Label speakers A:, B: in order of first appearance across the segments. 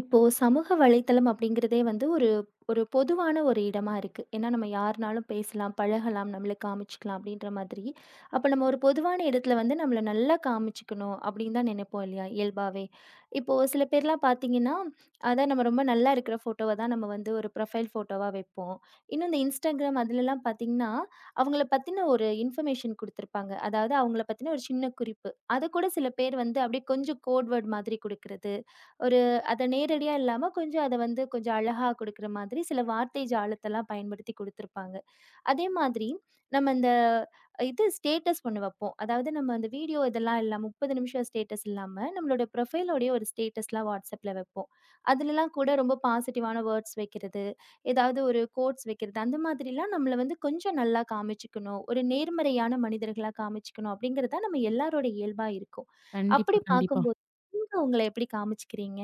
A: இப்போ சமூக வலைத்தளம் அப்படிங்கிறதே வந்து ஒரு ஒரு பொதுவான ஒரு இடமா இருக்கு. ஏன்னா நம்ம யாருனாலும் பேசலாம், பழகலாம், நம்மள காமிச்சுக்கலாம் அப்படின்ற மாதிரி. அப்ப நம்ம ஒரு பொதுவான இடத்துல வந்து நம்மள நல்லா காமிச்சுக்கணும் அப்படின்னு தான் நினைப்போம், இல்லையா? இயல்பாவே. இப்போ சில பேர்லாம் பார்த்தீங்கன்னா, அதான் நம்ம ரொம்ப நல்லா இருக்கிற ஃபோட்டோவ தான் நம்ம வந்து ஒரு ப்ரொஃபைல் ஃபோட்டோவா வைப்போம். இன்னும் இந்த Instagram அதுலலாம் பார்த்தீங்கன்னா, அவங்கள பத்தின ஒரு இன்ஃபர்மேஷன் குடுத்துருப்பாங்க. அதாவது அவங்கள பத்தின ஒரு சின்ன குறிப்பு. அத கூட சில பேர் வந்து அப்படியே கொஞ்சம் கோட் வேர்ட் மாதிரி குடுக்கிறது. ஒரு அத நேரடியா இல்லாம கொஞ்சம் அத வந்து கொஞ்சம் அழகா குடுக்குற மாதிரி சில வார்த்தை ஜாலத்தெல்லாம் பயன்படுத்தி குடுத்துருப்பாங்க. அதே மாதிரி நம்ம இந்த இது ஸ்டேட்டஸ் ஒண்ணு வைப்போம். அதாவது நம்ம அந்த வீடியோ இதெல்லாம் இல்லாம 30 நிமிஷம் ஸ்டேட்டஸ் இல்லாம, நம்மளோட ப்ரொஃபைலோடயே ஒரு ஸ்டேட்டஸ்லாம் WhatsAppல வைப்போம். அதுலலாம் கூட ரொம்ப பாசிட்டிவான வேர்ட்ஸ் வைக்கிறது, ஏதாவது ஒரு கோட்ஸ் வைக்கிறது, அந்த மாதிரிலாம் நம்மள வந்து கொஞ்சம் நல்லா காமிச்சுக்கணும். ஒரு நேர்மறையான மனிதர்களா காமிச்சுக்கணும் அப்படிங்கிறது தான் நம்ம எல்லாரோட இயல்பா இருக்கும். அப்படி
B: கண்டிப்பா, கண்டிப்பா.
A: பார்க்கும்போது, நீங்க உங்கள எப்படி காமிச்சுக்கிறீங்க?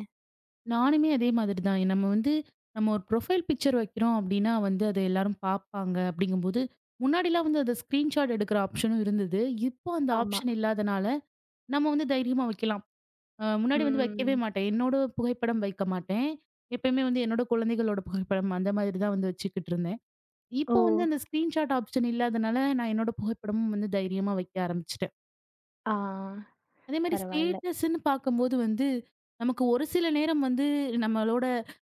B: நானுமே அதே மாதிரி தான். நம்ம ஒரு ப்ரொஃபைல் பிக்சர் வைக்கிறோம் அப்டின்னா வந்து அத எல்லாரும் பார்ப்பாங்க அப்டிங்கும்போது, முன்னாடிலாம் வந்து அத ஸ்கிரீன்ஷாட் எடுக்கிற ஆப்ஷனும் இருந்தது. இப்போ அந்த
A: ஆமா.
B: ஆப்ஷன் இல்லாதனால, நம்ம வந்து தைரியமா வைக்கலாம். முன்னாடி வந்து வைக்கவே
A: ம்.
B: மாட்டேன். என்னோட புகைப்படம் வைக்க மாட்டேன். எப்பயுமே வந்து என்னோட குழந்தைகளோட புகைப்படம் அந்த மாதிரி தான் வந்து வச்சுக்கிட்டு இருந்தேன்.
A: ஓ!
B: இப்போ வந்து அந்த ஸ்கிரீன்ஷாட் ஆப்ஷன் இல்லாதனால, நான் என்னோட புகைப்படமும் வந்து தைரியமா வைக்க ஆரம்பிச்சுட்டேன்.
A: ஆ.
B: அதே மாரி
A: பரவால்ல.
B: ஸ்டேட்டஸ்ன்னு பார்க்கும்போது வந்து, நமக்கு ஒரு சில நேரம் வந்து நம்மளோட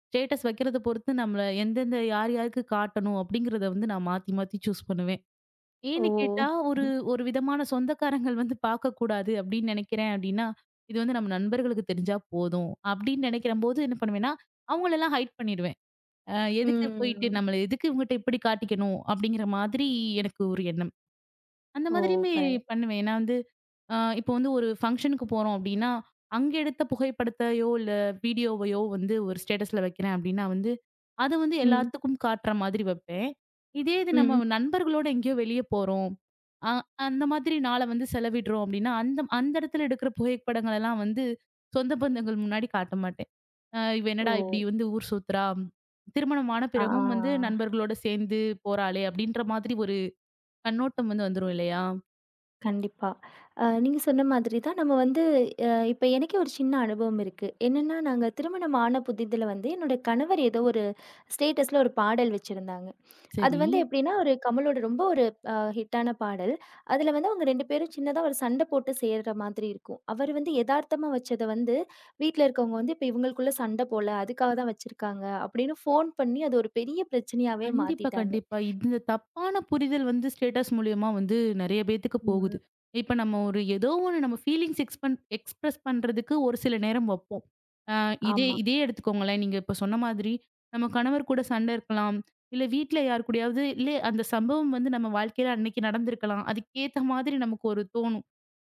B: ஸ்டேட்டஸ் வைக்கிறத பொறுத்து நம்மள எந்தெந்த யார் யாருக்கு காட்டணும் அப்படிங்கிறத வந்து நான் மாத்தி மாத்தி சூஸ் பண்ணுவேன்.
A: ஓ!
B: ஏன்னு கேட்டா, ஒரு ஒரு விதமான சொந்தக்காரங்கள் வந்து பார்க்கக்கூடாது அப்படின்னு நெனைக்கிறேன் அப்படின்னா, இது வந்து நம்ம நண்பர்களுக்கு தெரிஞ்சா போதும் அப்படின்னு நெனைக்கிறம்போது என்ன பண்ணுவேன்னா, அவங்களெல்லாம் ஹைட் பண்ணிடுவேன். அ எதுக்கு போயிட்டு
A: ம்.
B: நம்மள எதுக்கு இவங்ககிட்ட இப்படி காட்டிக்கணும் அப்படிங்கிற மாதிரி எனக்கு ஒரு எண்ணம். அந்த
A: ஓ!
B: மாதிரியுமே
A: பரவா
B: பண்ணுவேன். நான் வந்து இப்போ வந்து ஒரு ஃபங்ஷனுக்கு போறோம் அப்டின்னா, அங்க எடுத்த புகைப்படத்தையோ, இல்ல வீடியோவையோ வந்து ஒரு ஸ்டேட்டஸ்ல வைக்கிறேன் அப்டின்னா வந்து, அத வந்து
A: ம்,
B: எல்லாத்துக்கும் காட்டுற மாதிரி வைப்பேன். இது நம்ம
A: ம்.
B: நண்பர்களோட எங்கேயோ வெளிய போறோம். அ அந்த மாதிரி நாள வந்து செலவிடுறோம் அப்டின்னா, அந்த அந்த இடத்துல எடுக்கிற புகைப்படங்கள் எல்லாம் வந்து சொந்த பந்தங்கள் முன்னாடி காட்ட மாட்டேன். இவ
A: ஓ!
B: என்னடா இப்டி வந்து ஊர் சுத்துறா? திருமணமான
A: ஆ, ஆ,
B: பிறகும்
A: ஆ.
B: வந்து நண்பர்களோட சேர்ந்து போறாளே! அப்டின்ற மாதிரி ஒரு கண்ணோட்டம் வந்து வந்துரும் இல்லையா?
A: கண்டிப்பா. நீங்க சொன்ன மாதிரி தான் நம்ம வந்து இப்ப எனக்கே ஒரு சின்ன அனுபவம் இருக்கு. என்னன்னா, நாங்க திருமணம் ஆன புதிதில வந்து என்னோட கணவர் ஏதோ ஒரு ஸ்டேட்டஸ்ல ஒரு பாடல் வச்சிருந்தாங்க. அது
B: சரி.
A: வந்து எப்படின்னா, ஒரு கமலோட ரொம்ப ஒரு ஹிட்டான பாடல். அதுல வந்து அவங்க 2 பேரும் சின்னதா ஒரு சண்டை போட்டு செய்ற மாதிரி இருக்கும். அவரு வந்து எதார்த்தமா வச்சத வந்து, வீட்ல இருக்கவங்க வந்து இப்ப இவங்களுக்குள்ள சண்டை போல, அதுக்காக தான் வச்சிருக்காங்க அப்படின்னு ஃபோன் பண்ணி அது ஒரு பெரிய பிரச்சனையாவே
B: கண்டிப்பா,
A: மாத்திட்டாங்க.
B: கண்டிப்பா. இந்த தப்பான புரிதல் வந்து ஸ்டேட்டஸ் மூலியமா வந்து நெறைய பேத்துக்கு
A: ம்.
B: போகுது. இப்ப நம்ம ஒரு ஏதோ ஒண்ணு நம்ம ஃபீலிங்ஸ் எக்ஸ்பிரஸ் பண்றதுக்கு ஒரு சில நேரம் வப்போம். அ இதே
A: ஆமா.
B: இதே எடுத்துக்கோங்களேன். நீங்க இப்ப சொன்ன மாதிரி, நம்ம கணவர் கூட சண்டை இருக்கலாம். இல்ல வீட்ல யார் கூடயாவது இல்ல அந்த சம்பவம் வந்து நம்ம வாழ்க்கையில அன்னைக்கு நடந்திருக்கலாம். அதுக்கேத்த மாதிரி நமக்கு ஒரு தோணும்.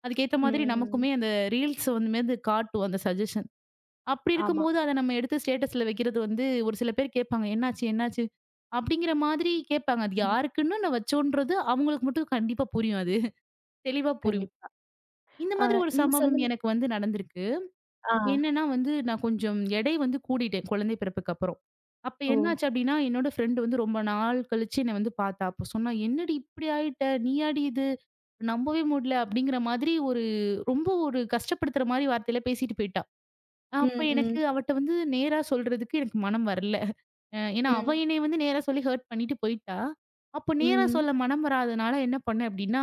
B: அதுக்கேத்த மாதிரி
A: ம்.
B: நமக்குமே அந்த ரீல்ஸ் வந்து மேது காட்டும் அந்த சஜஷன். அப்படி
A: ஆமா.
B: இருக்கும்போது அத நம்ம எடுத்து ஸ்டேட்டஸ்ல வைக்கிறது வந்து ஒரு சில பேர் கேட்பாங்க. "என்னாச்சு? என்னாச்சு?" அப்படிங்கிற மாதிரி கேட்பாங்க. அது
A: ம்.
B: யாருக்குன்னு நான் வச்சோன்றது அவங்களுக்கு மட்டும் கண்டிப்பா புரியும் அது. தெளிவா புரியும்.
A: கண்டிப்பா.
B: இந்த
A: ஆ.
B: மாதிரி ஒரு
A: நீங்க
B: சம்பவம்
A: சொல்லுங்க.
B: எனக்கு வந்து நடந்திருக்கு.
A: ஆ.
B: என்னன்னா வந்து நான் கொஞ்சம் எடை வந்து கூடிட்டேன் குழந்தை பிறப்புக்கு அப்புறம். அப்ப
A: ஓ!
B: என்னாச்சு அப்படின்னா, என்னோட ஃப்ரெண்ட் வந்து ரொம்ப நாள் கழிச்சு என்ன வந்து பார்த்தா. அப்ப சொன்னா, "என்னடி இப்படி ஆயிட்ட? நீயாடி இது? நம்பவே முடியல." அப்படிங்கிற மாதிரி ஒரு ரொம்ப ஒரு கஷ்டப்படுத்துற மாரி வார்த்தையில பேசிட்டு போயிட்டா. அப்ப
A: ம், ம்,
B: எனக்கு அவட்ட வந்து நேரா சொல்றதுக்கு எனக்கு மனம் வரல. ஏன்னா, அவ
A: ம்,
B: என்னைய வந்து நேரா சொல்லி ஹர்ட் பண்ணிட்டு போயிட்டா. அப்போ நேரா
A: ம்.
B: சொல்ல மனம் வராதனால என்ன பண்ணேன் அப்டின்னா,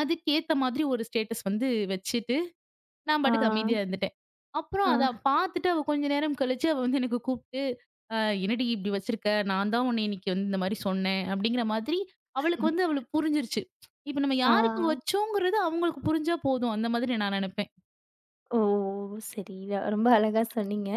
B: அதுக்கேத்த மாதிரி ஒரு ஸ்டேட்டஸ் வந்து வச்சுட்டு, நான்
A: ஆ,
B: பாட்டுக்கு அமைதியா இருந்துட்டேன். அப்புறம் அத
A: ஆ,
B: பார்த்துட்டு அவ கொஞ்ச நேரம் கழிச்சு அவ வந்து எனக்கு கூப்ட்டு, "அ என்னடி இப்டி வச்சிருக்க? நான் தான் உன்ன இன்னைக்கு வந்து இந்த மாரி சொன்னேன்." அப்டிங்கிற மாதிரி அவளுக்கு புரிஞ்சிருச்சு. இப்ப நம்ம யாருக்கு
A: ஆ.
B: வச்சோங்கிறது அவங்களுக்கு புரிஞ்சா போதும். அந்த மாதிரி நான் நெனப்பேன்.
A: ஓ! சரி. ரொம்ப அழகா சொன்னீங்க.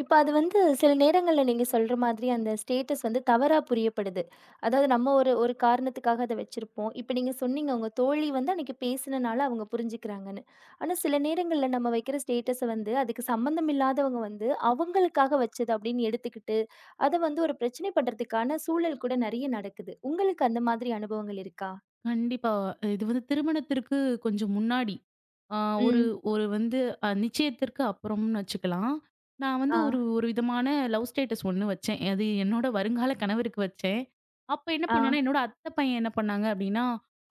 A: இப்ப அது வந்து சில நேரங்கள்ல நீங்க சொல்ற மாதிரி அந்த ஸ்டேட்டஸ் வந்து தவறா புரியப்படுது. அதாவது நம்ம ஒரு ஒரு காரணத்துக்காக அத வச்சிருப்போம். இப்ப நீங்க சொன்னீங்க உங்க தோழி வந்து அன்னைக்கு பேசினனால அவங்க புரிஞ்சுக்கிறாங்கன்னு. ஆனா சில நேரங்கள்ல நம்ம வைக்கிற ஸ்டேட்டஸ வந்து அதுக்கு சம்மந்தம் இல்லாதவங்க வந்து அவங்களுக்காக வச்சது அப்படின்னு எடுத்துக்கிட்டு, அத வந்து ஒரு பிரச்சனை பண்றதுக்கான சூழல் கூட நெறைய நடக்குது. உங்களுக்கு அந்த மாதிரி அனுபவங்கள் இருக்கா?
B: கண்டிப்பா. இது வந்து திருமணத்திற்கு கொஞ்சம் முன்னாடி. ஆ ஒரு
A: ம்.
B: ஒரு வந்து அ நிச்சயத்திற்கு அப்புறம்னு வச்சுக்கலாம். நான் வந்து
A: ஆ,
B: ஒரு ஒரு விதமான லவ் ஸ்டேட்டஸ் ஒண்ணு வச்சேன். அது என்னோட வருங்கால கணவருக்கு வச்சேன். அப்ப என்ன
A: ஆ.
B: பண்ணேன்னா, என்னோட அத்தை பையன் என்ன பண்ணாங்க அப்டின்னா,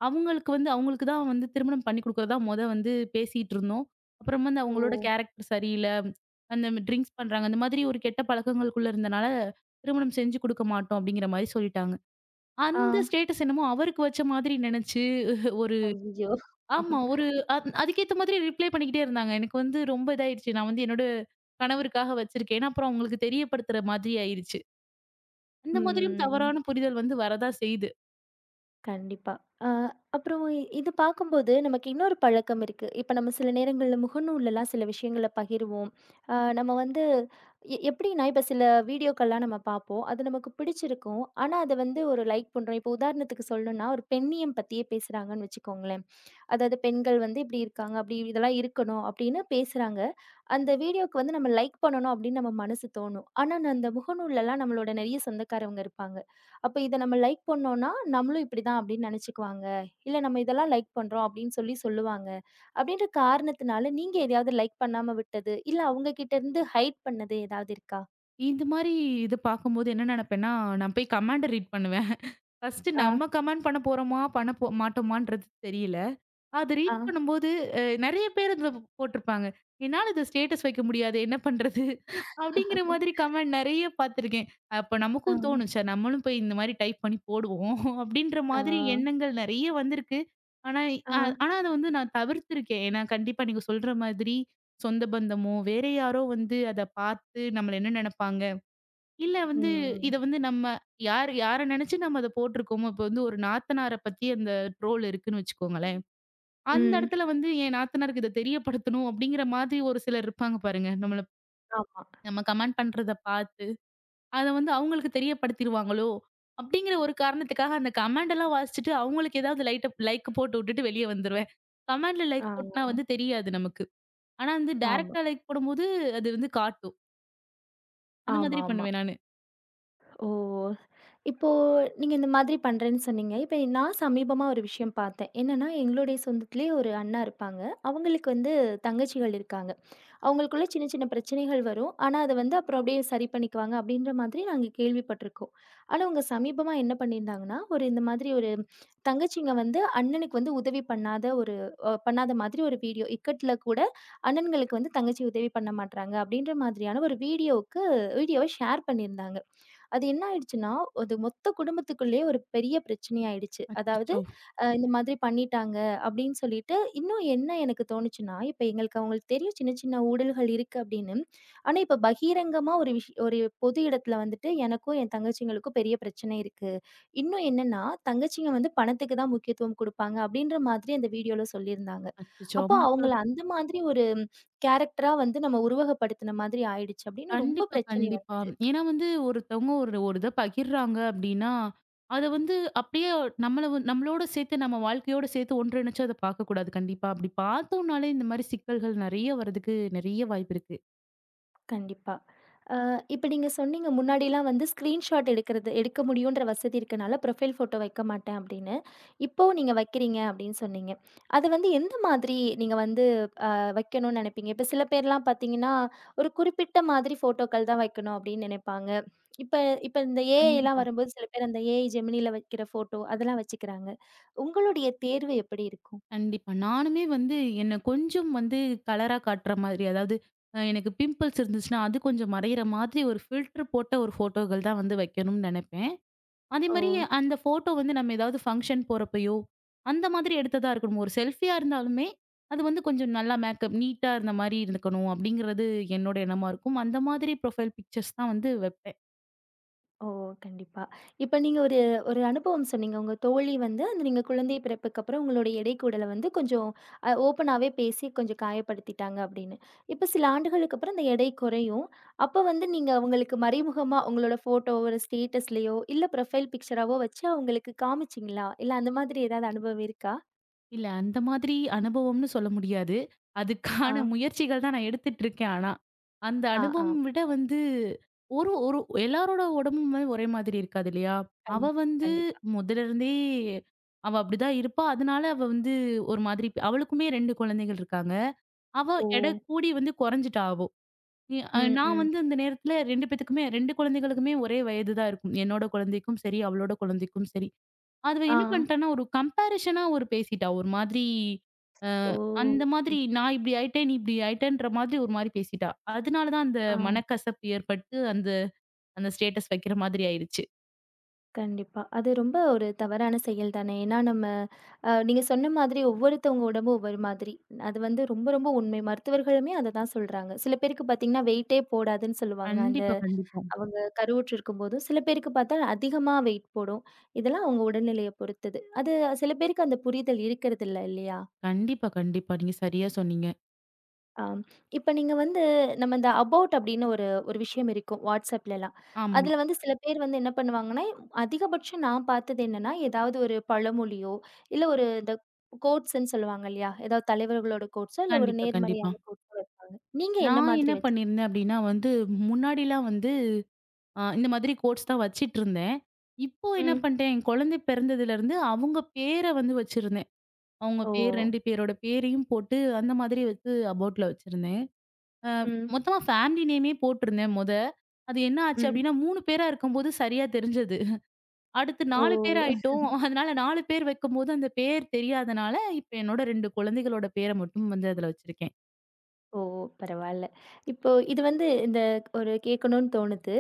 B: அவங்களுக்கு தான் வந்து திருமணம் பண்ணி குடுக்குறதா மொத வந்து பேசிட்டு இருந்தோம். அப்புறம் வந்து
A: ஓ!
B: அவங்களோட கேரக்டர் சரியில்ல. அந்த ட்ரிங்க்ஸ் பண்றாங்க. அந்த மாதிரி ஒரு கெட்ட பழக்கங்களுக்குள்ள இருந்தனால, திருமணம் செஞ்சு குடுக்க மாட்டோம் அப்டிங்கிற மாரி சொல்லிட்டாங்க.
A: ஆ.
B: அந்த ஸ்டேட்டஸ் என்னமோ அவருக்கு வச்ச மாதிரி நெனச்சு, ஒரு
A: ஐயய்யோ!
B: ஆமா. ஒரு அத் அதுக்கேத்த மாதிரி ரிப்ளை பண்ணிக்கிட்டே இருந்தாங்க. எனக்கு வந்து ரொம்ப இதாயிடுச்சு. நான் வந்து என்னோட கணவருக்காக வச்சிருக்கேன். அப்புறம் அவங்களுக்கு தெரியப்படுத்துற மாதிரி ஆயிருச்சு. அந்த மாதிரியும்
A: ம்.
B: தவறான புரிதல் வந்து வரதான் செய்யுது.
A: கண்டிப்பா. அ அப்புறம் இது பார்க்கும்போது நமக்கு இன்னொரு பழக்கம் இருக்கு. இப்ப நம்ம சில நேரங்கள்ல முகநூல்லலாம் சில விஷயங்கள பகிர்வோம். நம்ம வந்து எப்படின்னா, இப்ப சில வீடியோக்கள்லாம் நம்ம பார்ப்போம். அது நமக்கு பிடிச்சிருக்கும். ஆனா, அத வந்து ஒரு லைக் பண்றோம். இப்போ உதாரணத்துக்கு சொல்லணும்னா, ஒரு பெண்ணியம் பத்தியே பேசுறாங்கன்னு வச்சுக்கோங்களேன். அதாவது பெண்கள் வந்து இப்படி இருக்காங்க, அப்படி இதெல்லாம் இருக்கணும் அப்படின்னு பேசுறாங்க. அந்த வீடியோக்கு வந்து நம்ம லைக் பண்ணணும் அப்படின்னு நம்ம மனசு தோணும். ஆனா, அந்த முகநூல்லலாம் நம்மளோட நெறைய சொந்தக்காரவங்க இருப்பாங்க. அப்ப இத நம்ம லைக் பண்ணோம்னா, நம்மளும் இப்படிதான் அப்படின்னு நெனச்சுக்குவாங்க. இல்ல நம்ம இதெல்லாம் லைக் பண்றோம் அப்படின்னு சொல்லி சொல்லுவாங்க. அப்படின்ற காரணத்தினால நீங்க எதையாவது லைக் பண்ணாம விட்டது, இல்ல அவங்க கிட்ட இருந்து ஹைட் பண்ணது ஏதாவது இருக்கா?
B: இந்த மாரி இத பார்க்கும்போது என்ன நெனப்பேன்னா, நான் போய் கமாண்ட ரீட் பண்ணுவேன். ஃபர்ஸ்ட்டு
A: ஆ,
B: நம்ம கமெண்ட் பண்ண போறோமா, பண்ண போ மாட்டோமான்றது தெரியல. அத
A: ஆ,
B: ரீட் பண்ணும்போது, நெறைய பேர் அதுல போட்டிருப்பாங்க. "என்னால இத ஸ்டேட்டஸ் வைக்க முடியாதே! என்ன பண்றது?" அப்படிங்கிற மாதிரி கமெண்ட் நெறைய பார்த்துருக்கேன். அப்ப
A: ஆ,
B: நமக்கும் தோணும், "ச்சே! நம்மளும் போய் இந்த மாரி டைப் பண்ணி போடுவோம்." அப்படின்ற
A: ஆ,
B: மாதிரி எண்ணங்கள் நெறைய வந்திருக்கு. ஆனா,
A: ஆ.
B: அ ஆனா, அத வந்து நான் தவிர்த்திருக்கேன். ஏன்னா, கண்டிப்பா நீங்க சொல்ற மாதிரி சொந்த பந்தமோ, வேற யாரோ வந்து அத பார்த்து நம்மள என்ன நெனைப்பாங்க? இல்ல வந்து
A: ம்.
B: இத வந்து நம்ம யார் யார நெனைச்சு நம்ம அத போட்டிருக்கோமோ, இப்ப வந்து ஒரு நாத்தனார பத்தி அந்த ட்ரோல் இருக்குன்னு வச்சுக்கோங்களேன். அந்த
A: ம்.
B: இடத்துல வந்து என் நாத்தனாருக்கு இத தெரியப்படுத்தணும் அப்படிங்கிற மாதிரி ஒரு சிலர் இருப்பாங்க பாருங்க.
A: ஆமா.
B: நம்ம கமெண்ட் பண்றத பார்த்து, அத வந்து அவங்களுக்கு தெரியப்படுத்திருவாங்களோ! அப்படிங்கிற ஒரு காரணத்துக்காக அந்த கமெண்ட் எல்லாம் வாசிச்சுட்டு அவங்களுக்கு ஏதாவது லைட்ட லைக் போட்டு விட்டுட்டு வெளிய வந்துருவேன். கமெண்ட்ல
A: ஆ.
B: லைக் போட்டனா வந்து தெரியாது நமக்கு. ஆனா வந்து
A: ஆமா.
B: டைரக்ட்டா லைக் போடும்போது அது வந்து காட்டும். அந்த மாதிரி
A: ஆமாமா.
B: பண்ணுவேன் நானு.
A: ஓ! இப்போ நீங்க இந்த மாதிரி பண்றேன்னு சொன்னீங்க. இப்ப நான் சமீபமா ஒரு விஷயம் பார்த்தேன். என்னன்னா, எங்களுடைய சொந்தத்திலேயே ஒரு அண்ணா இருப்பாங்க. அவங்களுக்கு வந்து தங்கச்சிகள் இருக்காங்க. அவங்களுக்குள்ள சின்ன சின்ன பிரச்சனைகள் வரும். ஆனா, அத வந்து அப்புறம் அப்படியே சரி பண்ணிக்குவாங்க அப்படின்ற மாதிரி நாங்க கேள்விப்பட்டுருக்கோம். ஆனா, அவங்க சமீபமா என்ன பண்ணியிருந்தாங்கன்னா, ஒரு இந்த மாதிரி ஒரு தங்கச்சிங்க வந்து அண்ணனுக்கு வந்து உதவி பண்ணாத ஒரு பண்ணாத மாதிரி ஒரு வீடியோ. இக்கட்ல கூட அண்ணன்களுக்கு வந்து தங்கச்சி உதவி பண்ண மாட்றாங்க அப்படின்ற மாதிரியான ஒரு வீடியோவ ஷேர் பண்ணியிருந்தாங்க. அது என்ன ஆயிடுச்சுன்னா, அது மொத்த குடும்பத்துக்குள்ளேயே ஒரு பெரிய பிரச்சனை ஆயிடுச்சு. அதாவது,
B: அச்சச்சோ!
A: இந்த மாதிரி பண்ணிட்டாங்க. அப்படின்னு சொல்லிட்டு இன்னும் என்ன எனக்கு தோணுச்சுன்னா, இப்ப எங்களுக்கு அவங்களுக்கு தெரியும் சின்ன சின்ன ஊடல்கள் இருக்கு அப்படின்னு. ஆனா, இப்ப பகிரங்கமா ஒரு பொது இடத்துல வந்துட்டு எனக்கும், என் தங்கச்சிங்களுக்கும் பெரிய பிரச்சனை இருக்கு. இன்னும் என்னன்னா, தங்கச்சிங்க வந்து பணத்துக்கு தான் முக்கியத்துவம் குடுப்பாங்க அப்படின்ற மாதிரி அந்த வீடியோல சொல்லியிருந்தாங்க.
B: அச்சச்சோ!
A: அப்போ அவங்கள அந்த மாதிரி ஒரு கேரக்டரா வந்து நம்ம உருவகப்படுத்தின மாதிரி ஆயிடுச்சு அப்படின்னு ரொம்ப
B: கண்டிப்பா,
A: பிரச்சனை
B: கண்டிப்பா.
A: வந்தது.
B: ஏன்னா வந்து ஒருத்தவங்க ஒரு ஒரு இத பகிர்றாங்க அப்டின்னா, அத வந்து அப்டியே நம்மளோட சேர்த்து நம்ம வாழ்க்கையோட சேர்த்து ஒன்றிணைச்சு அத பார்க்கக்கூடாது கண்டிப்பா. அப்டி பார்த்தோம்னாலே இந்த மாரி சிக்கல்கள் நெறைய வர்றதுக்கு நெறைய வாய்ப்பு இருக்கு.
A: கண்டிப்பா. அ இப்ப நீங்க சொன்னீங்க முன்னாடிலாம் வந்து ஸ்க்ரீன்ஷாட் எடுக்க முடியுன்ற வசதி இருக்கனால ப்ரொஃபைல் ஃபோட்டோ வைக்க மாட்டேன் அப்படின்னு. இப்போ நீங்க வைக்கிறீங்க அப்படின்னு சொன்னீங்க. அது வந்து எந்த மாதிரி நீங்க வந்து அ வைக்கணும்னு நெனைப்பீங்க? இப்ப சில பேர்லாம் பார்த்தீங்கன்னா, ஒரு குறிப்பிட்ட மாதிரி ஃபோட்டோக்கள் தான் வைக்கணும் அப்படின்னு நெனைப்பாங்க. இப்ப இப்ப இந்த ஏஐலாம்
B: கண்டிப்பா.
A: வரும்போது சில பேர் அந்த ஏஐ ஜெமினில வைக்கிற ஃபோட்டோ அதெல்லாம் வச்சுக்கிறாங்க. உங்களுடைய தேர்வு எப்படி இருக்கும்?
B: கண்டிப்பா. நானுமே வந்து என்ன கொஞ்சம் வந்து கலரா காட்டுற மாதிரி, அதாவது எனக்கு பிம்பிள்ஸ் இருந்துச்சுன்னா, அது கொஞ்சம் மறையிற மாதிரி ஒரு ஃபில்டர் போட்ட ஒரு ஃபோட்டோக்கள் தான் வந்து வைக்கணும்னு நெனைப்பேன். அதே
A: ஓ!
B: மாரி அந்த ஃபோட்டோ வந்து நம்ம ஏதாவது ஃபங்ஷன் போறப்பயோ, அந்த மாதிரி எடுத்ததா இருக்கணும். ஒரு செல்ஃபியா இருந்தாலுமே, அது வந்து கொஞ்சம் நல்லா மேக்கப் நீட்டா இருந்த மாரி இருந்துக்கணும், அப்படிங்கிறது என்னோட எண்ணமா இருக்கும். அந்த மாதிரி ப்ரொஃபைல் பிக்சர்ஸ் தான் வந்து வைப்பேன்.
A: ஓ! கண்டிப்பா. இப்ப நீங்க ஒரு ஒரு அனுபவம் சொன்னீங்க. உங்க தோழி வந்து அந்த நீங்க குழந்தை பிறப்புக்கு அப்புறம் உங்களுடைய எடை கூடல வந்து கொஞ்சம் ஓப்பனாவே பேசி கொஞ்சம் காயப்படுத்திட்டாங்க அப்படின்னு. இப்ப சில ஆண்டுகளுக்கு அப்புறம் அந்த எடை குறையும். அப்ப வந்து நீங்க அவங்களுக்கு மறைமுகமா உங்களோட ஃபோட்டோ ஒரு ஸ்டேட்டஸ்லயோ, இல்ல ப்ரொஃபைல் பிக்சராவோ வச்சு அவங்களுக்கு காமிச்சீங்களா? இல்ல அந்த மாதிரி ஏதாவது அனுபவம் இருக்கா?
B: இல்ல அந்த மாதிரி அனுபவம்னு சொல்ல முடியாது.
A: ஆ,
B: அதுக்கான முயற்சிகள் தான் நான் எடுத்துட்டு இருக்கேன் ஆனா. அந்த
A: ஆ, ஆ.
B: அனுபவம் விட வந்து ஒரு ஒரு எல்லாரோட உடம்புமே ஒரே மாதிரி இருக்காது இல்லையா? அவ
A: கண்டிப்பா,
B: வந்து
A: கண்டிப்பா.
B: முதல்ல இருந்தே அவ அப்படிதான் இருப்பா. அதனால அவ வந்து ஒரு மாதிரி இப்ப- அவளுக்குமே 2 குழந்தைகள் இருக்காங்க. அவ
A: ஓ!
B: எடை கூடி வந்து குறைஞ்சுட்டா அவோ. இ
A: ம்,
B: நான்
A: ம்.
B: வந்து அந்த நேரத்துல 2 பேத்துக்குமே 2 குழந்தைகளுக்குமே ஒரே வயது தான் இருக்கும். என்னோட குழந்தைக்கும் சரி, அவளோட குழந்தைக்கும் சரி. அதுவ
A: ஆ.
B: என்ன பண்ணிட்டான்னா, ஒரு கம்பேரிசனா ஒரு பேசிட்டா. ஒரு மாதிரி அ
A: ஓ!
B: அந்த மாதிரி நான் இப்படி ஆயிட்டேன், நீ இப்படி ஆயிட்டன்ற மாதிரி ஒரு மாரி பேசிட்டா. அதனால தான் அந்த
A: ஆ.
B: மனக்கசப்பு ஏற்பட்டு அந்த அந்த ஸ்டேட்டஸ் வைக்கிற மாதிரி ஆயிருச்சு.
A: கண்டிப்பா. அது ரொம்ப ஒரு தவறான செயல் தானே. ஏன்னா நம்ம நீங்க சொன்ன மாதிரி ஒவ்வொருத்தவங்க உடம்பு ஒவ்வொரு மாதிரி. அது வந்து ரொம்ப ரொம்ப உண்மை. மருத்துவர்களுமே அத தான் சொல்றாங்க. சில பேருக்கு பார்த்தீங்கன்னா, வெயிட்டே போடாதுன்னு சொல்லுவாங்க. அந்த
B: கண்டிப்பா, கண்டிப்பா.
A: அவங்க கருவுற்று இருக்கும்போதும். சில பேருக்கு பார்த்தா அதிகமா வெயிட் போடும். இதெல்லாம் அவங்க உடல்நிலைய பொறுத்தது. அது சில பேருக்கு அந்த புரிதல் இருக்கிறதில்ல, இல்லையா?
B: கண்டிப்பா, கண்டிப்பா. நீங்க சரியா சொன்னீங்க.
A: ஆம். இப்ப நீங்க வந்து நம்ம இந்த அபவுட் அப்படின்னு ஒரு ஒரு விஷயம் இருக்கும் வாட்ஸ்அப்லலாம்.
B: ஆமா.
A: அதுல வந்து சில பேர் வந்து என்ன பண்ணுவாங்கன்னா, அதிகபட்சம் நான் பார்த்தது என்னன்னா, ஏதாவது ஒரு பழமொழியோ, இல்ல ஒரு இந்த கோட்ஸ்ன்னு சொல்லுவாங்க இல்லையா? ஏதாவது தலைவர்களோட கோட்ஸோ, இல்ல ஒரு
B: கண்டிப்பா, கண்டிப்பா.
A: நேர்மறையான கோட்ஸோ வைப்பாங்க. நீங்க என்ன
B: நான்
A: மாதிரி
B: என்ன
A: வச்சு
B: பண்ணியிருந்தேன் அப்படின்னா வந்து, முன்னாடிலாம் வந்து இந்த மாதிரி கோட்ஸ் தான் வச்சிட்டுருந்தேன். இப்போ என்ன
A: ம்.
B: பண்ணிட்டேன், என் குழந்தை பிறந்ததுலருந்து அவங்க பேர வந்து வச்சிருந்தேன். அவங்க
A: ஓ!
B: பேர் 2 பேரோட பேரையும் போட்டு, அந்த மாதிரி வந்து அபோட்ல வச்சிருந்தேன். அ
A: ம்.
B: மொத்தமா ஃபேமிலி நேமே போட்டிருந்தேன் மொத. அது என்ன ஆச்சு
A: ம்.
B: அப்டின்னா, 3 பேரா இருக்கும்போது சரியா தெரிஞ்சது. அடுத்து
A: ஓ!
B: 4 பேர் ஆயிட்டோம். அதனால 4 பேர் வைக்கும்போது அந்த பேர் தெரியாதனால, இப்ப என்னோட 2 குழந்தைகளோட பேர மட்டும் வந்து அதுல வச்சிருக்கேன்.
A: ஓ! பரவால்ல. இப்போ இது வந்து இந்த ஒரு கேட்கணும்னு தோணுது.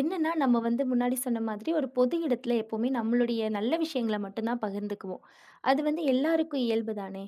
A: என்னன்னா, நம்ம வந்து முன்னாடி சொன்ன மாதிரி ஒரு பொது இடத்துல எப்பவுமே நம்மளுடைய நல்ல விஷயங்கள மட்டும் தான் பகிர்ந்துக்குவோம். அது வந்து எல்லாருக்கும் இயல்பு தானே!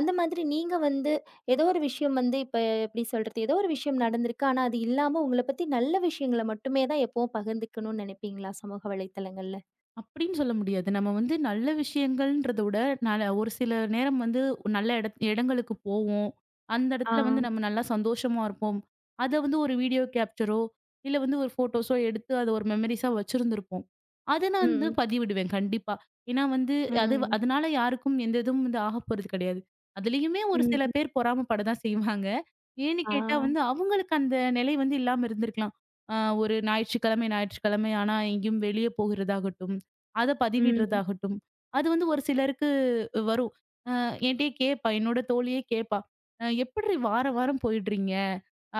A: அந்த மாதிரி நீங்க வந்து ஏதோ ஒரு விஷயம் வந்து இப்ப எப்படி சொல்றது? ஏதோ ஒரு விஷயம் நடந்திருக்கு. ஆனா, அது இல்லாம உங்கள பத்தி நல்ல விஷயங்கள மட்டுமே தான் எப்பவும் பகிர்ந்துக்கணும்னு நினைப்பீங்களா? சமூக வலைத்தளங்கள்ல?
B: அப்படின்னு சொல்ல முடியாது. நம்ம வந்து நல்ல விஷயங்கள்ன்றத விட, நால ஒரு சில நேரம் வந்து நல்ல இடத் இடங்களுக்கு போவோம். அந்த
A: ஆ.
B: இடத்துல வந்து நம்ம நல்லா சந்தோஷமா இருப்போம். அத வந்து ஒரு வீடியோ கேப்ச்சரோ, இல்ல வந்து ஒரு ஃபோட்டோஸோ எடுத்து அத ஒரு மெமரீஸா வச்சிருந்திருப்போம். அத நான் வந்து
A: ம்.
B: பதிவிடுவேன் கண்டிப்பா. ஏன்னா வந்து அது
A: ம்.
B: அதனால யாருக்கும் எந்த இதுவும் வந்து ஆகப்போறது கிடையாது. அதுலயுமே ஒரு
A: ம்.
B: சில பேர் பொறாமப்பட தான் செய்வாங்க. ஏன்னு
A: ஆ.
B: கேட்டா வந்து அவங்களுக்கு அந்த நிலை வந்து இல்லாம இருந்திருக்கலாம். அ ஒரு ஞாயிற்றுக்கிழமை ஞாயிற்றுக்கிழமை ஆனா எங்கேயும் வெளியே போகிறதாகட்டும். அத
A: ம்.
B: பதிவிடுறதாகட்டும். அது வந்து ஒரு சிலருக்கு வரும். அ என்ட்டயே கேட்பா. என்னோட தோழியே கேட்பா. எப்புட்ரி வாரம், வாரம் போயிடுறீங்க?"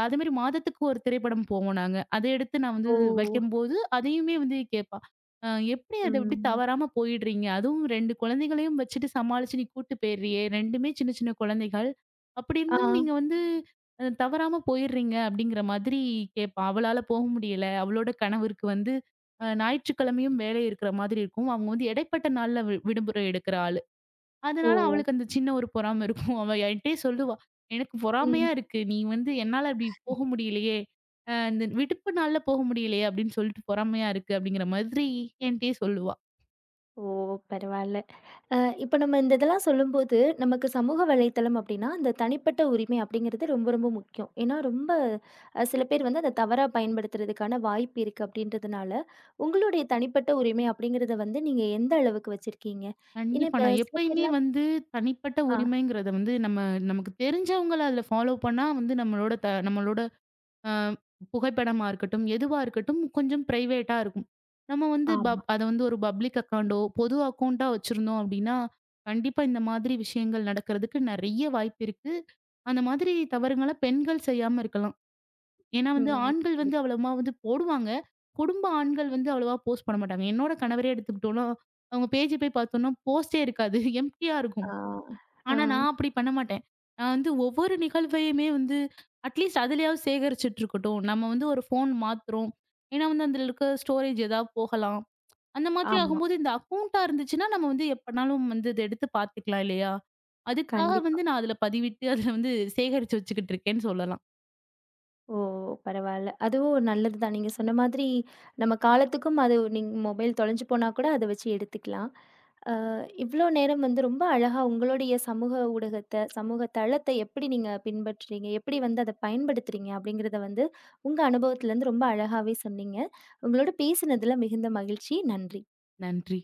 B: அதேமாரி மாதத்துக்கு ஒரு திரைப்படம் போவோம் நாங்க. அத எடுத்து நான் வந்து
A: ஓ!
B: வைக்கும்போது, அதையுமே வந்து கேட்பா. "அ எப்டி அத எப்டி
A: ம்.
B: தவறாம போயிடுறீங்க? அதுவும் 2 குழந்தைகளையும் வச்சுட்டு சமாளிச்சு நீ கூட்டு போயிர்றியே! 2மே சின்ன, சின்ன குழந்தைகள். அப்டி
A: ஆ.
B: இருந்தும் நீங்க வந்து தவறாம போயிர்றீங்க" அப்டிங்கிற மாதிரி கேட்பா. அவளால போக முடியல. அவளோட கணவருக்கு வந்து ஞாயிற்றுக்கிழமையும் வேலை இருக்கிற மாதிரி இருக்கும். அவங்க வந்து இடைப்பட்ட நாள்ல விடுமுறை எடுக்கிற ஆளு.
A: ஓ!
B: அதனால அவளுக்கு அந்த சின்ன ஒரு பொறாம இருக்கும். அவ என்ட்டயே சொல்லுவா. "எனக்கு
A: ம்.
B: பொறாமையா இருக்கு. நீ வந்து என்னால அப்படி போக முடியலையே. இந்த விடுப்பு நாள்ல போக முடியலையே" அப்படின்னு சொல்லிட்டு பொறாமையா இருக்கு அப்படிங்கிற மாதிரி என்ட்டயே சொல்லுவா.
A: ஓ! பரவால்ல. அ இப்ப நம்ம இந்த இதெல்லாம் சொல்லும்போது, நமக்கு சமூக வலைத்தளம் அப்டின்னா, அந்த தனிப்பட்ட உரிமை அப்டிங்கிறது ரொம்ப ரொம்ப முக்கியம். ஏன்னா, ரொம்ப சில பேர் வந்து அத தவறா பயன்படுத்துறதுக்கான வாய்ப்பு இருக்கு அப்டின்றதுனால, உங்களுடைய தனிப்பட்ட உரிமை அப்டிங்கிறத வந்து நீங்க எந்த அளவுக்கு வச்சிருக்கீங்க? ஏன்னா
B: கண்டிப்பா.
A: இப்ப
B: நான்
A: சில
B: எப்பயுமே
A: பேர்லாம்
B: வந்து தனிப்பட்ட
A: ஆ.
B: உரிமைங்கிறத வந்து நம்ம நமக்கு தெரிஞ்சவங்கள அதுல ஃபாலோ பண்ணா வந்து நம்மளோட அ புகைப்படமா இருக்கட்டும், எதுவா இருக்கட்டும் கொஞ்சம் பிரைவேட்டா இருக்கும். நம்ம வந்து
A: ஆமா.
B: அத வந்து ஒரு பப்ளிக் அக்கவுண்டோ, பொது அக்கவுண்டா வச்சிருந்தோம் அப்படின்னா, கண்டிப்பா இந்த மாதிரி விஷயங்கள் நடக்கிறதுக்கு நெறைய வாய்ப்பு இருக்கு. அந்த மாதிரி தவறுகள பெண்கள் செய்யாம இருக்கலாம். ஏன்னா வந்து
A: ம்.
B: ஆண்கள் வந்து
A: கண்டிப்பா.
B: அவ்வளவா வந்து போடுவாங்க. குடும்ப ஆண்கள் வந்து அவ்வளவா போஸ்ட் பண்ண மாட்டாங்க. என்னோட கணவரே எடுத்துக்கிட்டோம்னா, அவங்க பேஜ் போய் பார்த்தோம்னா போஸ்ட்டே இருக்காது. எம்ப்டியா இருக்கும்.
A: ஆ.
B: ஆனா,
A: ம்.
B: நான் அப்படி பண்ண மாட்டேன். நான் வந்து ஒவ்வொரு நிகழ்வையுமே வந்து அட்லீஸ்ட் அதுலயாவது சேகரிச்சுட்டு இருக்கட்டும். நம்ம வந்து ஒரு ஃபோன் மாத்துறோம். ஏன்னா வந்து அதுல இருக்க ஸ்டோரேஜ் ஏதாவது போகலாம். அந்த மாதிரி
A: ஆமா.
B: ஆகும்போது இந்த அக்கவுண்டா இருந்துச்சுன்னா, நம்ம வந்து எப்பனாலும் வந்து இத எடுத்து பார்த்துக்கலாம் இல்லையா? அதுக்காக
A: கண்டிப்பா.
B: வந்து நான் அதுல பதிவிட்டு அதுல வந்து சேகரிச்சு வச்சுக்கிட்டு இருக்கேன்னு சொல்லலாம்.
A: ஓ! பரவால்ல. அதுவும் நல்லது தான். நீங்க சொன்ன மாதிரி, நம்ம காலத்துக்கும் அது மொபைல் தொலைஞ்சு போனா கூட அத வச்சு எடுத்துக்கலாம். இவ்வளோ நேரம் வந்து ரொம்ப அழகா உங்களுடைய சமூக ஊடகத்தை, சமூக தளத்தை எப்படி நீங்க பின்பற்றுறீங்க? எப்படி வந்து அத பயன்படுத்துறீங்க? அப்படிங்கிறத வந்து உங்க அனுபவத்திலருந்து ரொம்ப அழகாவே சொன்னீங்க. உங்களோட பேசினதுல மிகுந்த மகிழ்ச்சி. நன்றி.
B: நன்றி.